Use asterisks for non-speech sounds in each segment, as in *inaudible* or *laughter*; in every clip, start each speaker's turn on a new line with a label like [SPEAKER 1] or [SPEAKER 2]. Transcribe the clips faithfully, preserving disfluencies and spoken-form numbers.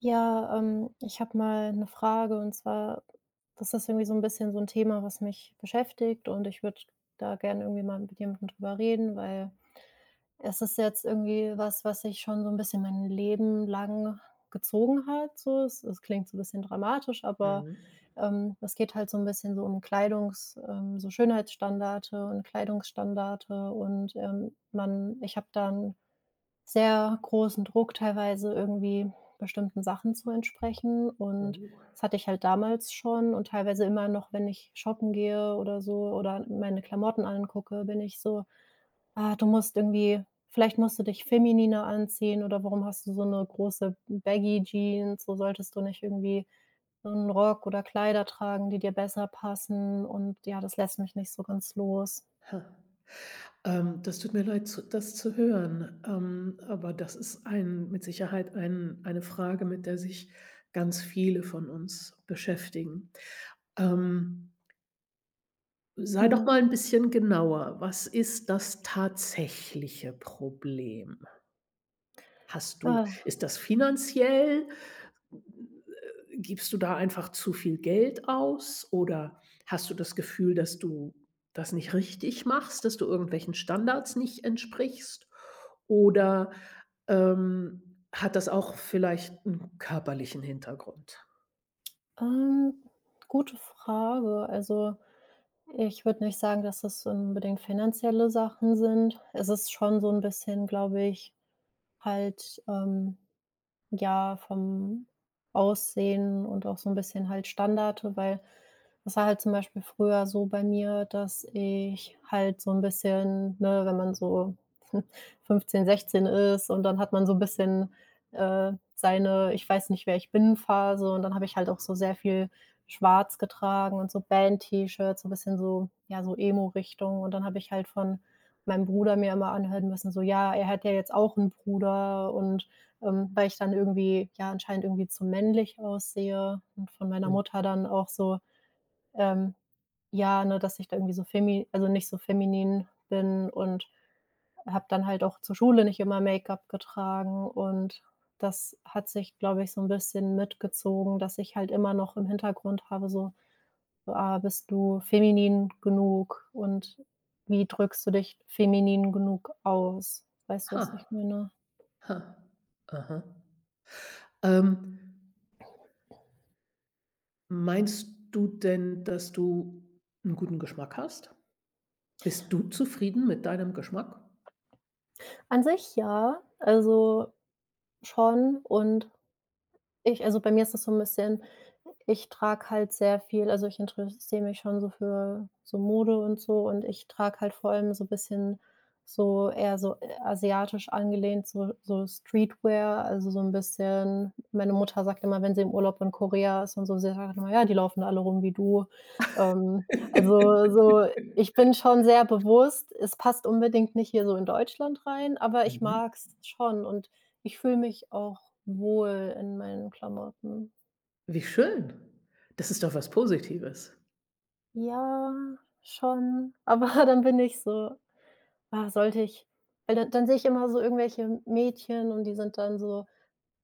[SPEAKER 1] Ja, ähm, Ich habe mal eine Frage, und zwar, das ist irgendwie so ein bisschen so ein Thema, was mich beschäftigt, und ich würde da gerne irgendwie mal mit jemandem drüber reden, weil es ist jetzt irgendwie was, was sich schon so ein bisschen mein Leben lang gezogen hat, so. Es es klingt so ein bisschen dramatisch, aber,
[SPEAKER 2] Mhm.
[SPEAKER 1] ähm, es geht halt so ein bisschen so um Kleidungs ähm, so Schönheitsstandarte und Kleidungsstandarte, und, ähm, man ich habe da 'n sehr großen Druck teilweise irgendwie bestimmten Sachen zu entsprechen, und
[SPEAKER 2] Oh.
[SPEAKER 1] das hatte ich halt damals schon und teilweise immer noch, wenn ich shoppen gehe oder so oder meine Klamotten angucke, bin ich so: „Ah, du musst irgendwie vielleicht musst du dich femininer anziehen, oder warum hast du so eine große baggy Jeans? So solltest du nicht irgendwie so 'n Rock oder Kleider tragen, die dir besser passen“, und ja, das lässt mich nicht so ganz los.
[SPEAKER 2] Ha. Ähm, das tut mir leid, zu das zu hören, ähm, aber das ist ein mit Sicherheit ein eine Frage, mit der sich ganz viele von uns beschäftigen. Ähm, Sei doch
[SPEAKER 1] Mhm.
[SPEAKER 2] mal ein bisschen genauer. Was ist das tatsächliche Problem? Hast du
[SPEAKER 1] Ah.
[SPEAKER 2] Ist das finanziell? Gibst du da einfach zu viel Geld aus oder hast du das Gefühl, dass du das nicht richtig machst, dass du irgendwelchen Standards nicht entsprichst? Oder, ähm, hat das auch vielleicht einen körperlichen Hintergrund?
[SPEAKER 1] Ähm, gute Frage. Also, ich würde nicht sagen, dass es unbedingt finanzielle Sachen sind. Es ist schon so ein bisschen, glaube ich, halt, ähm ja, vom Aussehen und auch so 'n bisschen halt Standarte, weil das war halt zum Beispiel früher so bei mir, dass ich halt so 'n bisschen ne, wenn man so *laughs* fünfzehn, sechzehn ist und dann hat man so 'n bisschen, äh, seine „Ich weiß nicht, wer ich bin“ Phase, und dann habe ich halt auch so sehr viel schwarz getragen und so Band-T-Shirts, so 'n bisschen so ja, so Emo-Richtung, und dann habe ich halt von meinem Bruder mir immer anhören müssen, so: „Ja, er hat ja jetzt auch 'n Bruder“, und ähm, weil ich dann irgendwie ja anscheinend irgendwie zu männlich aussehe und von meiner
[SPEAKER 2] Mhm.
[SPEAKER 1] Mutter dann auch so, ähm, ja, ne, dass ich da irgendwie so femi also nicht so feminin bin, und habe dann halt auch zur Schule nicht immer Make-up getragen, und das hat sich, glaube ich, so ein bisschen mitgezogen, dass ich halt immer noch im Hintergrund habe, so so: „Ah, bist du feminin genug und wie drückst du dich feminin genug aus?“ Weißt du,
[SPEAKER 2] Ha,
[SPEAKER 1] was ich meine?
[SPEAKER 2] ha, aha. Ähm, Meinst du denn, dass du einen guten Geschmack hast? Bist du zufrieden mit deinem Geschmack?
[SPEAKER 1] An sich ja. Also schon. Und ich also, bei mir ist das so ein bisschen ich trage halt sehr viel also ich interessiere mich schon so für so Mode und so, und ich trage halt vor allem so ein bisschen so eher so, äh, asiatisch angelehnt, so so Streetwear, also so ein bisschen meine Mutter sagt immer, wenn sie im Urlaub in Korea ist und so, sie sagt immer: „Ja, die laufen alle rum wie du.“ Ähm,
[SPEAKER 2] *laughs*
[SPEAKER 1] also so ich bin schon sehr bewusst, es passt unbedingt nicht hier so in Deutschland rein, aber ich
[SPEAKER 2] Mhm.
[SPEAKER 1] mag es schon, und ich fühle mich auch wohl in meinen Klamotten.
[SPEAKER 2] Wie schön. Das ist doch was Positives.
[SPEAKER 1] Ja, schon, aber *laughs* dann bin ich so: „Ah, sollte ich?“ Weil dann dann sehe ich immer so irgendwelche Mädchen, und die sind dann so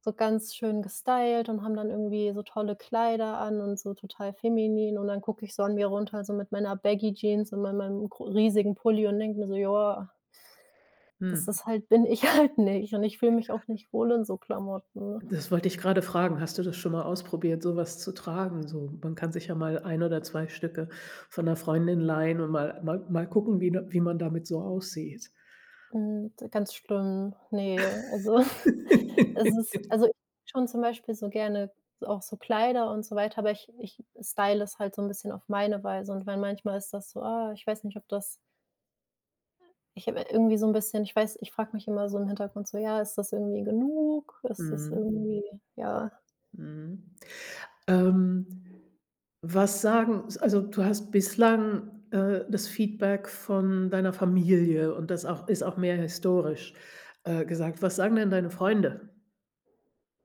[SPEAKER 1] so ganz schön gestylt und haben dann irgendwie so tolle Kleider an und so total feminin, und dann gucke ich so an mir runter, so mit meiner Baggy Jeans und mei meinem gro riesigen Pulli und denke mir so: „Ja, das ist
[SPEAKER 2] Mhm.
[SPEAKER 1] halt bin ich *laughs* halt nicht.“ Und ich fühle mich auch nicht wohl in so Klamotten.
[SPEAKER 2] Das wollte ich gerade fragen. Hast du das schon mal ausprobiert, so was zu tragen? So, man kann sich ja mal ein oder zwei Stücke von einer Freundin leihen und mal mal mal gucken, wie wie man damit so aussieht.
[SPEAKER 1] Hm, d ganz schlimm. Ne, also, *laughs* es
[SPEAKER 2] *laughs*
[SPEAKER 1] ist also, ich schon zum Beispiel so gerne auch so Kleider und so weiter, aber ich ich style es halt so 'n bisschen auf meine Weise, und weil manchmal ist das so: „Ah, ich weiß nicht, ob das“ ich habe irgendwie so 'n bisschen ich weiß ich frage mich immer so im Hintergrund so: „Ja, ist das irgendwie genug? Ist das
[SPEAKER 2] Mhm,
[SPEAKER 1] irgendwie“ ja.
[SPEAKER 2] mhm. Ähm, was sagen Also, du hast bislang, äh, das Feedback von deiner Familie und das auch ist auch mehr historisch, äh, gesagt. Was sagen denn deine Freunde?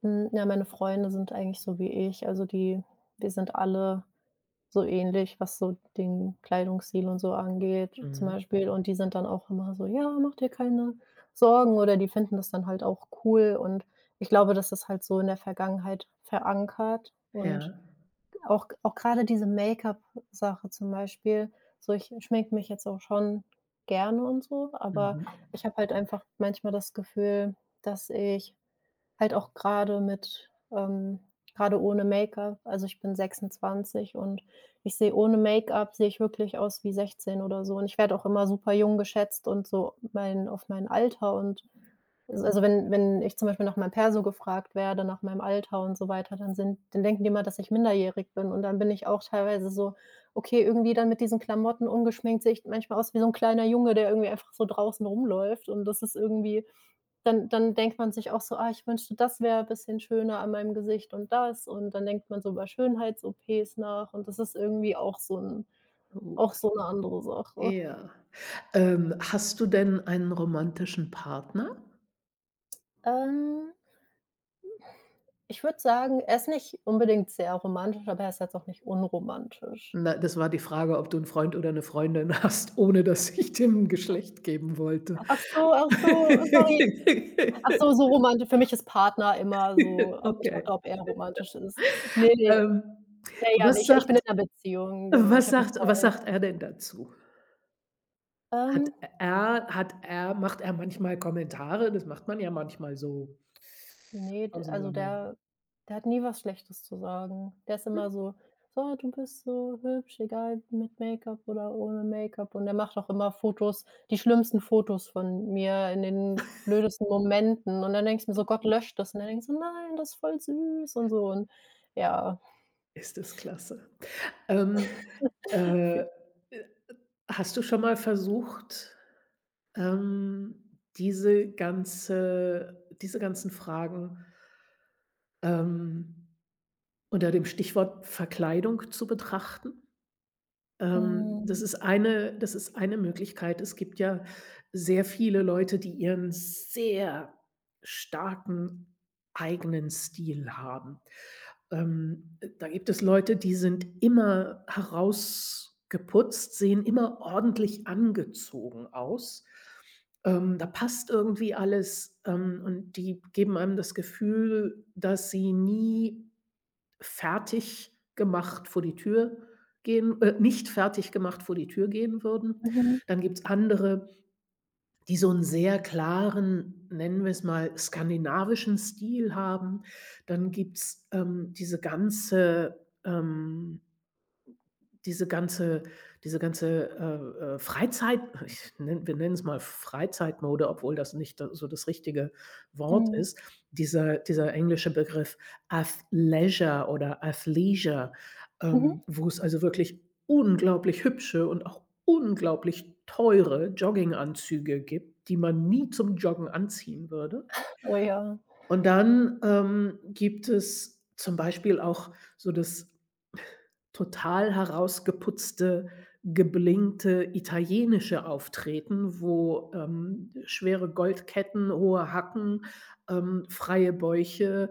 [SPEAKER 1] Hm, ja, meine Freunde sind eigentlich so wie ich, also die wir sind alle so ähnlich, was so den Kleidungsstil und so angeht zum
[SPEAKER 2] Mhm.
[SPEAKER 1] Beispiel. Und die sind dann auch immer so: „Ja, mach dir keine Sorgen.“ Oder die finden das dann halt auch cool. Und ich glaube, das ist halt so in der Vergangenheit verankert und
[SPEAKER 2] Ja.
[SPEAKER 1] auch auch grade diese Make-up-Sache zum Beispiel. So, ich schminke mich jetzt auch schon gerne und so, aber
[SPEAKER 2] Mhm.
[SPEAKER 1] ich habe halt einfach manchmal das Gefühl, dass ich halt auch gerade mit ähm, grade ohne Make-up. Also, ich bin sechsundzwanzig, und ich sehe ohne Make-up sehe ich wirklich aus wie sechzehn oder so. Und ich werde auch immer super jung geschätzt und so mein auf mein Alter, und also also, wenn wenn ich zum Beispiel nach meinem Perso gefragt werde, nach meinem Alter und so weiter, dann sind dann denken die immer, dass ich minderjährig bin. Und dann bin ich auch teilweise so: „Okay, irgendwie dann mit diesen Klamotten ungeschminkt sehe ich manchmal aus wie so ein kleiner Junge, der irgendwie einfach so draußen rumläuft.“ Und das ist irgendwie dann dann denkt man sich auch so: „Ah, ich wünschte, das wäre ein bisschen schöner an meinem Gesicht und das.“ Und dann denkt man so über Schönheits-O Ps nach, und das ist irgendwie auch so 'n auch
[SPEAKER 2] Oh.
[SPEAKER 1] so 'ne andere Sache.
[SPEAKER 2] Ja. Ähm, hast du denn einen romantischen Partner?
[SPEAKER 1] Ähm, Ich würde sagen, er ist nicht unbedingt sehr romantisch, aber er ist jetzt auch nicht unromantisch.
[SPEAKER 2] Na, das war die Frage, ob du 'n Freund oder 'ne Freundin *laughs* hast, ohne dass ich dem 'n Geschlecht geben wollte.
[SPEAKER 1] Ach so, ach so, sorry. Ach so, so
[SPEAKER 2] *laughs*
[SPEAKER 1] romantisch für mich ist Partner immer so ob ich dachte,
[SPEAKER 2] Okay.
[SPEAKER 1] ob er romantisch ist. Ne, ne.
[SPEAKER 2] Ähm,
[SPEAKER 1] Ja, ja, ne,
[SPEAKER 2] was
[SPEAKER 1] ich ich bin
[SPEAKER 2] sagt
[SPEAKER 1] in 'ner Beziehung, genau. Ich
[SPEAKER 2] was
[SPEAKER 1] habe 'n
[SPEAKER 2] sagt was
[SPEAKER 1] Freund.
[SPEAKER 2] sagt er denn dazu? Hat
[SPEAKER 1] Ähm
[SPEAKER 2] er hat er Macht er manchmal Kommentare? Das macht man ja manchmal so
[SPEAKER 1] Ne, d
[SPEAKER 2] aus'm
[SPEAKER 1] also
[SPEAKER 2] Lameng.
[SPEAKER 1] der der hat nie was Schlechtes zu sagen. Der ist
[SPEAKER 2] Hm,
[SPEAKER 1] immer so: „So, du bist so hübsch, egal mit Make-up oder ohne Make-up.“ Und er macht auch immer Fotos die schlimmsten Fotos von mir in den blödesten Momenten. Und dann denkst du mir so: „Gott, löscht das.“ Und dann denkst du „Nein, das ist voll süß“ und so und ja.
[SPEAKER 2] Ist das klasse. Ähm, äh, äh,
[SPEAKER 1] *laughs*
[SPEAKER 2] Hast du schon mal versucht Ähm, diese ganze diese ganzen Fragen, ähm, unter dem Stichwort Verkleidung zu betrachten. Ähm,
[SPEAKER 1] Hm.
[SPEAKER 2] das ist eine das ist eine Möglichkeit. Es gibt ja sehr viele Leute, die ihren sehr starken eigenen Stil haben. Ähm, äh, da gibt es Leute, die sind immer herausgeputzt, sehen immer ordentlich angezogen aus. Ähm, da passt irgendwie alles, ähm, und die geben einem das Gefühl, dass sie nie fertig gemacht vor die Tür gehen äh, nicht fertig gemacht vor die Tür gehen würden.
[SPEAKER 1] Mhm.
[SPEAKER 2] Dann gibt's andere, die so 'n sehr klaren, nennen wir es mal, skandinavischen Stil haben. Dann gibt's, ähm, diese ganze, ähm diese ganze diese ganze, äh, äh, Freizeit *laughs* ich nenne wir nennen es mal Freizeitmode, obwohl das nicht da so das richtige Wort
[SPEAKER 1] Mhm.
[SPEAKER 2] ist. Dieser dieser englische Begriff Athleisure oder Athleisure,
[SPEAKER 1] Mhm.
[SPEAKER 2] ähm, wo es also wirklich unglaublich hübsche und auch unglaublich teure Jogginganzüge gibt, die man nie zum Joggen anziehen würde.
[SPEAKER 1] Oh ja.
[SPEAKER 2] Und dann, ähm, gibt es zum Beispiel auch so das total herausgeputzte, geblinkte italienische auftreten, wo, ähm, schwere Goldketten, hohe Hacken, ähm, freie Bäuche,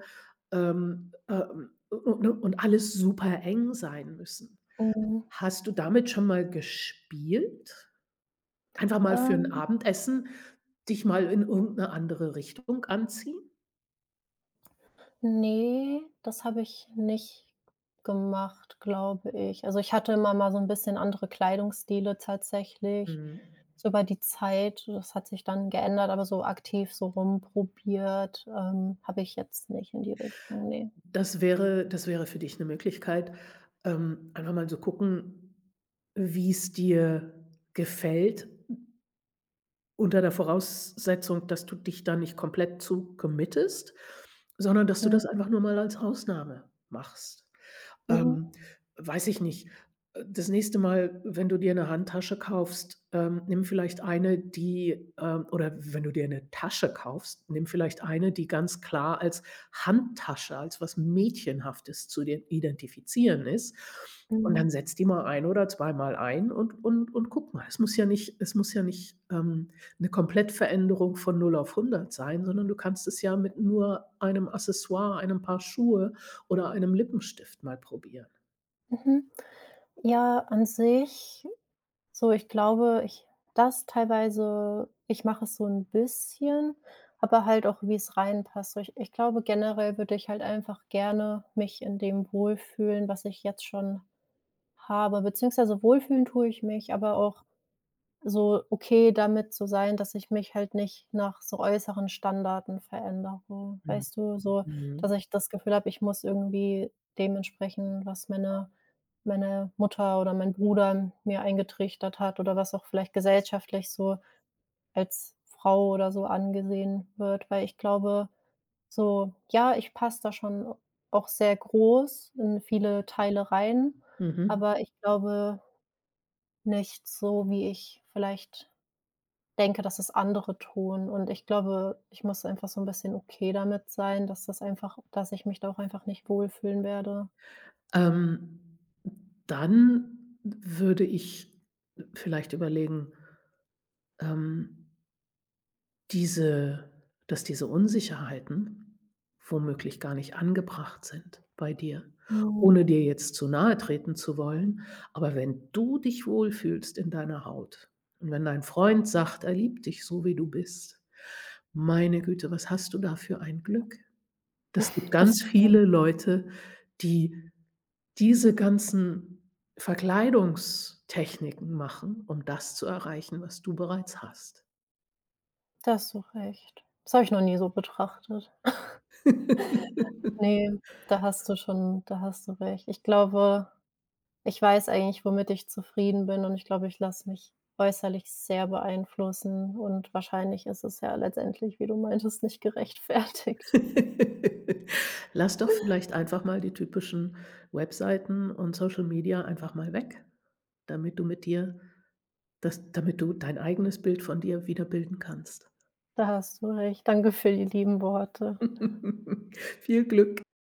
[SPEAKER 2] ähm, ähm, u und alles super eng sein müssen.
[SPEAKER 1] Mhm.
[SPEAKER 2] Hast du damit schon mal gespielt? Einfach mal für ein
[SPEAKER 1] Ähm
[SPEAKER 2] Abendessen dich mal in irgendeine andere Richtung anziehen?
[SPEAKER 1] Ne, das habe ich nicht gemacht, glaube ich. Also, ich hatte immer mal so 'n bisschen andere Kleidungsstile tatsächlich.
[SPEAKER 2] Mhm.
[SPEAKER 1] So über die Zeit, das hat sich dann geändert, aber so aktiv so rumprobiert, ähm, habe ich jetzt nicht in die Richtung, ne.
[SPEAKER 2] Das wäre das wäre für dich eine Möglichkeit. Ähm, einfach mal so gucken, wie es dir gefällt, unter der Voraussetzung, dass du dich da nicht komplett zu committest, sondern dass du
[SPEAKER 1] Mhm.
[SPEAKER 2] das einfach nur mal als Ausnahme machst.
[SPEAKER 1] Mhm.
[SPEAKER 2] Ähm, Weiß ich nicht. Äh, das nächste Mal, wenn du dir eine Handtasche kaufst, ähm, nimm vielleicht eine, die, ähm oder wenn du dir eine Tasche kaufst, nimm vielleicht eine, die ganz klar als Handtasche, als was Mädchenhaftes zu den identifizieren ist. Und
[SPEAKER 1] Mhm.
[SPEAKER 2] dann setz die mal ein oder zweimal ein und und und guck mal. Es muss ja nicht es muss ja nicht, ähm, 'ne Komplettveränderung von null auf hundert sein, sondern du kannst es ja mit nur einem Accessoire, einem Paar Schuhe oder einem Lippenstift mal probieren.
[SPEAKER 1] Mhm. Ja, an sich so, ich glaube, ich das teilweise ich mache es so 'n bisschen, aber halt auch, wie's reinpasst. So, ich ich glaube, generell würde ich halt einfach gerne mich in dem wohlfühlen, was ich jetzt schon habe, beziehungsweise wohlfühlen tue ich mich, aber auch so okay damit zu sein, dass ich mich halt nicht nach so äußeren Standarten verändere.
[SPEAKER 2] Mhm.
[SPEAKER 1] Weißt du, so, dass
[SPEAKER 2] Mhm.
[SPEAKER 1] ich das Gefühl habe, ich muss irgendwie dementsprechend was meine meine Mutter oder mein Bruder mir eingetrichtert hat oder was auch vielleicht gesellschaftlich so als Frau oder so angesehen wird, weil ich glaube, so, ja, ich passe da schon auch sehr groß in viele Teile rein,
[SPEAKER 2] Mhm.
[SPEAKER 1] aber ich glaube nicht so, wie ich vielleicht denke, dass es andere tun. Und ich glaube, ich muss einfach so ein bisschen okay damit sein, dass das einfach dass ich mich da auch einfach nicht wohlfühlen werde.
[SPEAKER 2] Ähm, Dann würde ich vielleicht überlegen, ähm, diese dass diese Unsicherheiten womöglich gar nicht angebracht sind bei dir,
[SPEAKER 1] Mhm.
[SPEAKER 2] ohne dir jetzt zu nahe treten zu wollen. Aber wenn du dich wohlfühlst in deiner Haut und wenn dein Freund sagt, er liebt dich so, wie du bist, meine Güte, was hast du da für ein Glück? Das gibt
[SPEAKER 1] *laughs* Das
[SPEAKER 2] ganz
[SPEAKER 1] stimmt.
[SPEAKER 2] viele Leute, die diese ganzen Verkleidungstechniken machen, um das zu erreichen, was du bereits hast.
[SPEAKER 1] Da hast du recht. Das habe ich noch nie so betrachtet.
[SPEAKER 2] *laughs*
[SPEAKER 1] Ne, da hast du schon da hast du recht. Ich glaube, ich weiß eigentlich, womit ich zufrieden bin, und ich glaube, ich lasse mich äußerlich sehr beeinflussen, und wahrscheinlich ist es ja letztendlich, wie du meintest, nicht gerechtfertigt.
[SPEAKER 2] Lass doch vielleicht einfach mal die typischen Webseiten und Social Media einfach mal weg, damit du mit dir das damit du dein eigenes Bild von dir wiederbilden kannst.
[SPEAKER 1] Da hast du recht. Danke für die lieben Worte.
[SPEAKER 2] *laughs* Viel Glück.